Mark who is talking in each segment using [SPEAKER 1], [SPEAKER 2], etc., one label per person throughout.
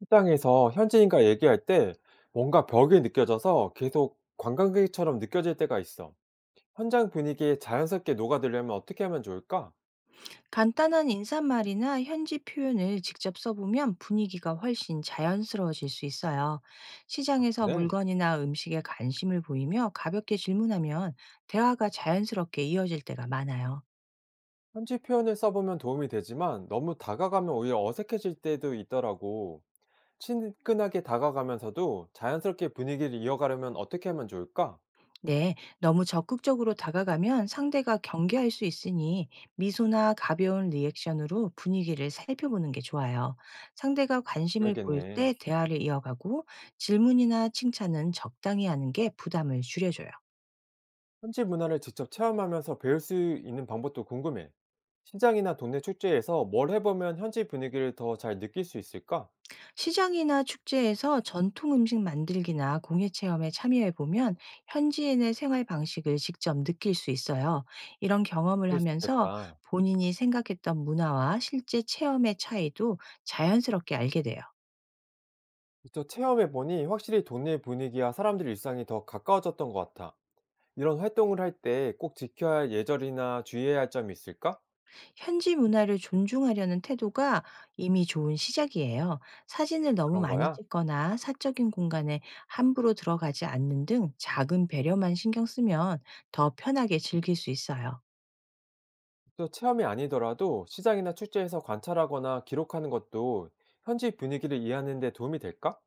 [SPEAKER 1] 현장에서 현지인과 얘기할 때 뭔가 벽이 느껴져서 계속 관광객처럼 느껴질 때가 있어. 현장 분위기에 자연스럽게 녹아들려면 어떻게 하면 좋을까?
[SPEAKER 2] 간단한 인사말이나 현지 표현을 직접 써보면 분위기가 훨씬 자연스러워질 수 있어요.
[SPEAKER 1] 아,
[SPEAKER 2] 시장에서
[SPEAKER 1] 그래?
[SPEAKER 2] 물건이나 음식에 관심을 보이며 가볍게 질문하면 대화가 자연스럽게 이어질 때가 많아요.
[SPEAKER 1] 현지 표현을 써보면 도움이 되지만 너무 다가가면 오히려 어색해질 때도 있더라고. 친근하게 다가가면서도 자연스럽게 분위기를 이어가려면 어떻게 하면 좋을까?
[SPEAKER 2] 네, 너무 적극적으로 다가가면 상대가 경계할 수 있으니 미소나 가벼운 리액션으로 분위기를 살펴보는 게 좋아요. 상대가 관심을 보일
[SPEAKER 1] 그래야겠네.
[SPEAKER 2] 때 대화를 이어가고 질문이나 칭찬은 적당히 하는 게 부담을 줄여줘요.
[SPEAKER 1] 현지 문화를 직접 체험하면서 배울 수 있는 방법도 궁금해. 시장이나 동네 축제에서 뭘 해보면 현지 분위기를 더 잘 느낄 수 있을까?
[SPEAKER 2] 시장이나 축제에서 전통 음식 만들기나 공예 체험에 참여해 보면 현지인의 생활 방식을 직접 느낄 수 있어요. 이런 경험을
[SPEAKER 1] 그럴 수
[SPEAKER 2] 하면서
[SPEAKER 1] 있겠다.
[SPEAKER 2] 본인이 생각했던 문화와 실제 체험의 차이도 자연스럽게 알게 돼요.
[SPEAKER 1] 직접 체험해 보니 확실히 동네 분위기와 사람들 일상이 더 가까워졌던 것 같아. 이런 활동을 할 때 꼭 지켜야 할 예절이나 주의해야 할 점이 있을까?
[SPEAKER 2] 현지 문화를 존중하려는 태도가 이미 좋은 시작이에요. 사진을 너무
[SPEAKER 1] 그런
[SPEAKER 2] 많이
[SPEAKER 1] 거야?
[SPEAKER 2] 찍거나 사적인 공간에 함부로 들어가지 않는 등 작은 배려만 신경 쓰면 더 편하게 즐길 수 있어요.
[SPEAKER 1] 또 체험이 아니더라도 시장이나 축제에서 관찰하거나 기록하는 것도 현지 분위기를 이해하는 데 도움이 될까?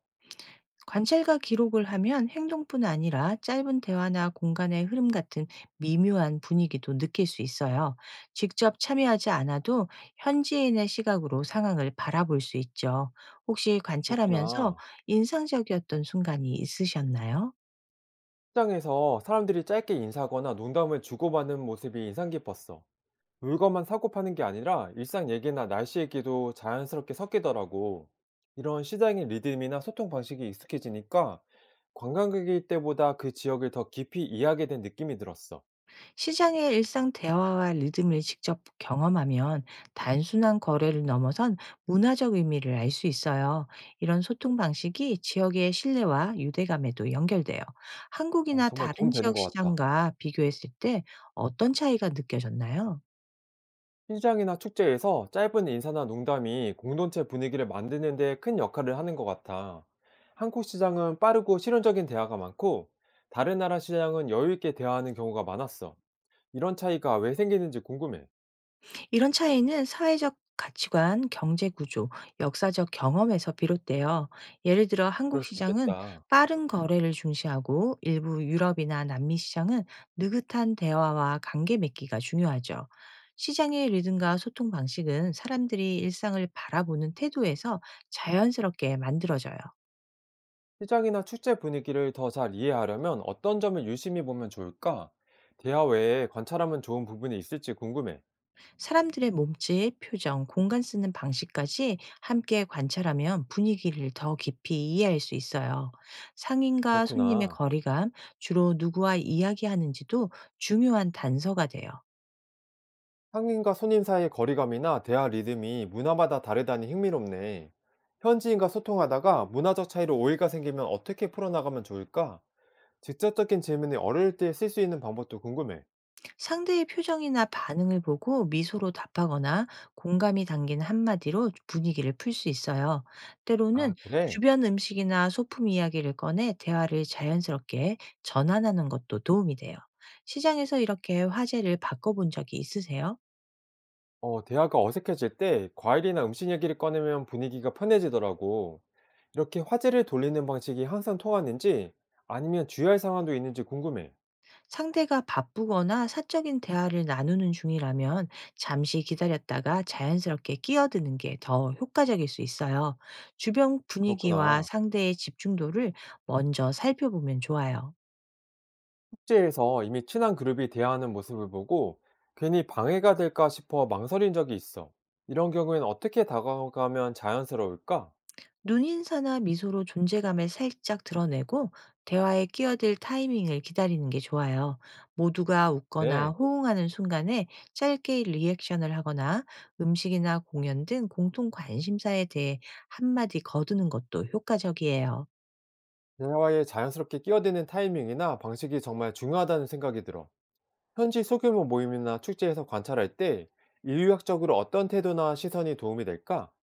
[SPEAKER 2] 관찰과 기록을 하면 행동뿐 아니라 짧은 대화나 공간의 흐름 같은 미묘한 분위기도 느낄 수 있어요. 직접 참여하지 않아도 현지인의 시각으로 상황을 바라볼 수 있죠. 혹시 관찰하면서
[SPEAKER 1] 그렇구나.
[SPEAKER 2] 인상적이었던 순간이 있으셨나요?
[SPEAKER 1] 시장에서 사람들이 짧게 인사하거나 농담을 주고받는 모습이 인상 깊었어. 물건만 사고 파는 게 아니라 일상 얘기나 날씨 얘기도 자연스럽게 섞이더라고. 이런 시장의 리듬이나 소통 방식이 익숙해지니까 관광객일 때보다 그 지역을 더 깊이 이해하게 된 느낌이 들었어.
[SPEAKER 2] 시장의 일상 대화와 리듬을 직접 경험하면 단순한 거래를 넘어선 문화적 의미를 알 수 있어요. 이런 소통 방식이 지역의 신뢰와 유대감에도 연결돼요.
[SPEAKER 1] 어,
[SPEAKER 2] 한국이나
[SPEAKER 1] 정말
[SPEAKER 2] 다른
[SPEAKER 1] 도움 되는
[SPEAKER 2] 지역
[SPEAKER 1] 것 같아.
[SPEAKER 2] 시장과 비교했을 때 어떤 차이가 느껴졌나요?
[SPEAKER 1] 시장이나 축제에서 짧은 인사나 농담이 공동체 분위기를 만드는 데 큰 역할을 하는 것 같아. 한국 시장은 빠르고 실용적인 대화가 많고 다른 나라 시장은 여유 있게 대화하는 경우가 많았어. 이런 차이가 왜 생기는지 궁금해.
[SPEAKER 2] 이런 차이는 사회적 가치관, 경제 구조, 역사적 경험에서 비롯돼요. 예를 들어 한국
[SPEAKER 1] 그럴 수
[SPEAKER 2] 시장은
[SPEAKER 1] 있겠다.
[SPEAKER 2] 빠른 거래를 중시하고 일부 유럽이나 남미 시장은 느긋한 대화와 관계 맺기가 중요하죠. 시장의 리듬과 소통 방식은 사람들이 일상을 바라보는 태도에서 자연스럽게 만들어져요.
[SPEAKER 1] 시장이나 축제 분위기를 더 잘 이해하려면 어떤 점을 유심히 보면 좋을까? 대화 외에 관찰하면 좋은 부분이 있을지 궁금해.
[SPEAKER 2] 사람들의 몸짓, 표정, 공간 쓰는 방식까지 함께 관찰하면 분위기를 더 깊이 이해할 수 있어요. 상인과 손님의
[SPEAKER 1] 그렇구나.
[SPEAKER 2] 거리감, 주로 누구와 이야기하는지도 중요한 단서가 돼요.
[SPEAKER 1] 상인과 손님 사이의 거리감이나 대화 리듬이 문화마다 다르다니 흥미롭네. 현지인과 소통하다가 문화적 차이로 오해가 생기면 어떻게 풀어나가면 좋을까? 직접적인 질문이 어려울 때 쓸 수 있는 방법도 궁금해.
[SPEAKER 2] 상대의 표정이나 반응을 보고 미소로 답하거나 공감이 담긴 한마디로 분위기를 풀 수 있어요. 때로는
[SPEAKER 1] 아, 그래?
[SPEAKER 2] 주변 음식이나 소품 이야기를 꺼내 대화를 자연스럽게 전환하는 것도 도움이 돼요. 시장에서 이렇게 화제를 바꿔본 적이 있으세요?
[SPEAKER 1] 어, 대화가 어색해질 때 과일이나 음식 얘기를 꺼내면 분위기가 편해지더라고. 이렇게 화제를 돌리는 방식이 항상 통하는지 아니면 주의할 상황도 있는지 궁금해.
[SPEAKER 2] 상대가 바쁘거나 사적인 대화를 나누는 중이라면 잠시 기다렸다가 자연스럽게 끼어드는 게 더 효과적일 수 있어요. 주변 분위기와
[SPEAKER 1] 그렇구나.
[SPEAKER 2] 상대의 집중도를 먼저 살펴보면 좋아요.
[SPEAKER 1] 숙제에서 이미 친한 그룹이 대화하는 모습을 보고 괜히 방해가 될까 싶어 망설인 적이 있어. 이런 경우에는 어떻게 다가가면 자연스러울까?
[SPEAKER 2] 눈인사나 미소로 존재감을 살짝 드러내고 대화에 끼어들 타이밍을 기다리는 게 좋아요. 모두가 웃거나
[SPEAKER 1] 네.
[SPEAKER 2] 호응하는 순간에 짧게 리액션을 하거나 음식이나 공연 등 공통 관심사에 대해 한마디 거두는 것도 효과적이에요.
[SPEAKER 1] 대화에 자연스럽게 끼어드는 타이밍이나 방식이 정말 중요하다는 생각이 들어. 현지 소규모 모임이나 축제에서 관찰할 때 인류학적으로 어떤 태도나 시선이 도움이 될까?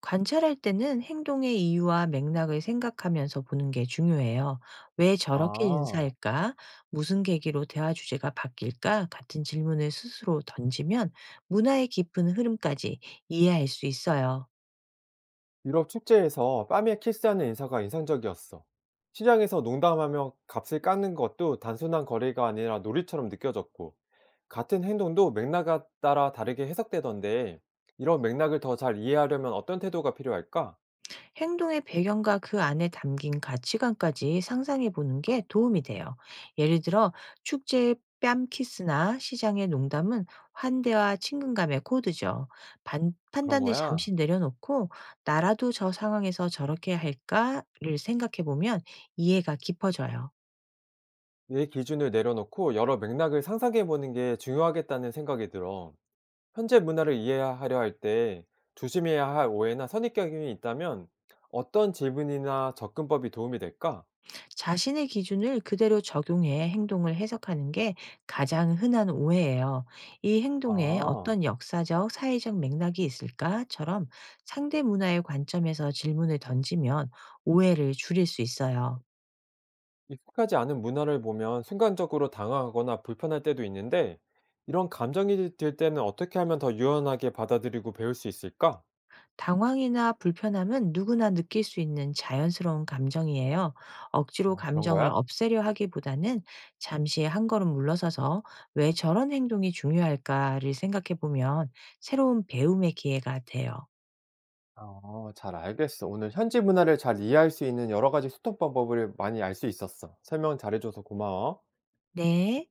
[SPEAKER 2] 관찰할 때는 행동의 이유와 맥락을 생각하면서 보는 게 중요해요. 왜 저렇게
[SPEAKER 1] 아,
[SPEAKER 2] 인사할까? 무슨 계기로 대화 주제가 바뀔까? 같은 질문을 스스로 던지면 문화의 깊은 흐름까지 이해할 수 있어요.
[SPEAKER 1] 유럽 축제에서 뺨에 키스하는 인사가 인상적이었어. 시장에서 농담하며 값을 깎는 것도 단순한 거래가 아니라 놀이처럼 느껴졌고, 같은 행동도 맥락에 따라 다르게 해석되던데, 이런 맥락을 더 잘 이해하려면 어떤 태도가 필요할까?
[SPEAKER 2] 행동의 배경과 그 안에 담긴 가치관까지 상상해 보는 게 도움이 돼요. 예를 들어 축제의 뺨 키스나 시장의 농담은 환대와 친근감의 코드죠.
[SPEAKER 1] 그런
[SPEAKER 2] 판단을
[SPEAKER 1] 거야.
[SPEAKER 2] 잠시 내려놓고 나라도 저 상황에서 저렇게 할까를 생각해 보면 이해가 깊어져요.
[SPEAKER 1] 내 기준을 내려놓고 여러 맥락을 상상해보는 게 중요하겠다는 생각이 들어. 현재 문화를 이해하려 할 때 조심해야 할 오해나 선입견이 있다면 어떤 질문이나 접근법이 도움이 될까?
[SPEAKER 2] 자신의 기준을 그대로 적용해 행동을 해석하는 게 가장 흔한 오해예요. 이 행동에
[SPEAKER 1] 아,
[SPEAKER 2] 어떤 역사적, 사회적 맥락이 있을까?처럼 상대 문화의 관점에서 질문을 던지면 오해를 줄일 수 있어요.
[SPEAKER 1] 익숙하지 않은 문화를 보면 순간적으로 당황하거나 불편할 때도 있는데 이런 감정이 들 때는 어떻게 하면 더 유연하게 받아들이고 배울 수 있을까?
[SPEAKER 2] 당황이나 불편함은 누구나 느낄 수 있는 자연스러운 감정이에요. 억지로
[SPEAKER 1] 아, 그런
[SPEAKER 2] 감정을
[SPEAKER 1] 거야?
[SPEAKER 2] 없애려 하기보다는 잠시 한 걸음 물러서서 왜 저런 행동이 중요할까를 생각해 보면 새로운 배움의 기회가 돼요.
[SPEAKER 1] 어, 잘 알겠어. 오늘 현지 문화를 잘 이해할 수 있는 여러 가지 소통 방법을 많이 알 수 있었어. 설명 잘해줘서 고마워.
[SPEAKER 2] 네.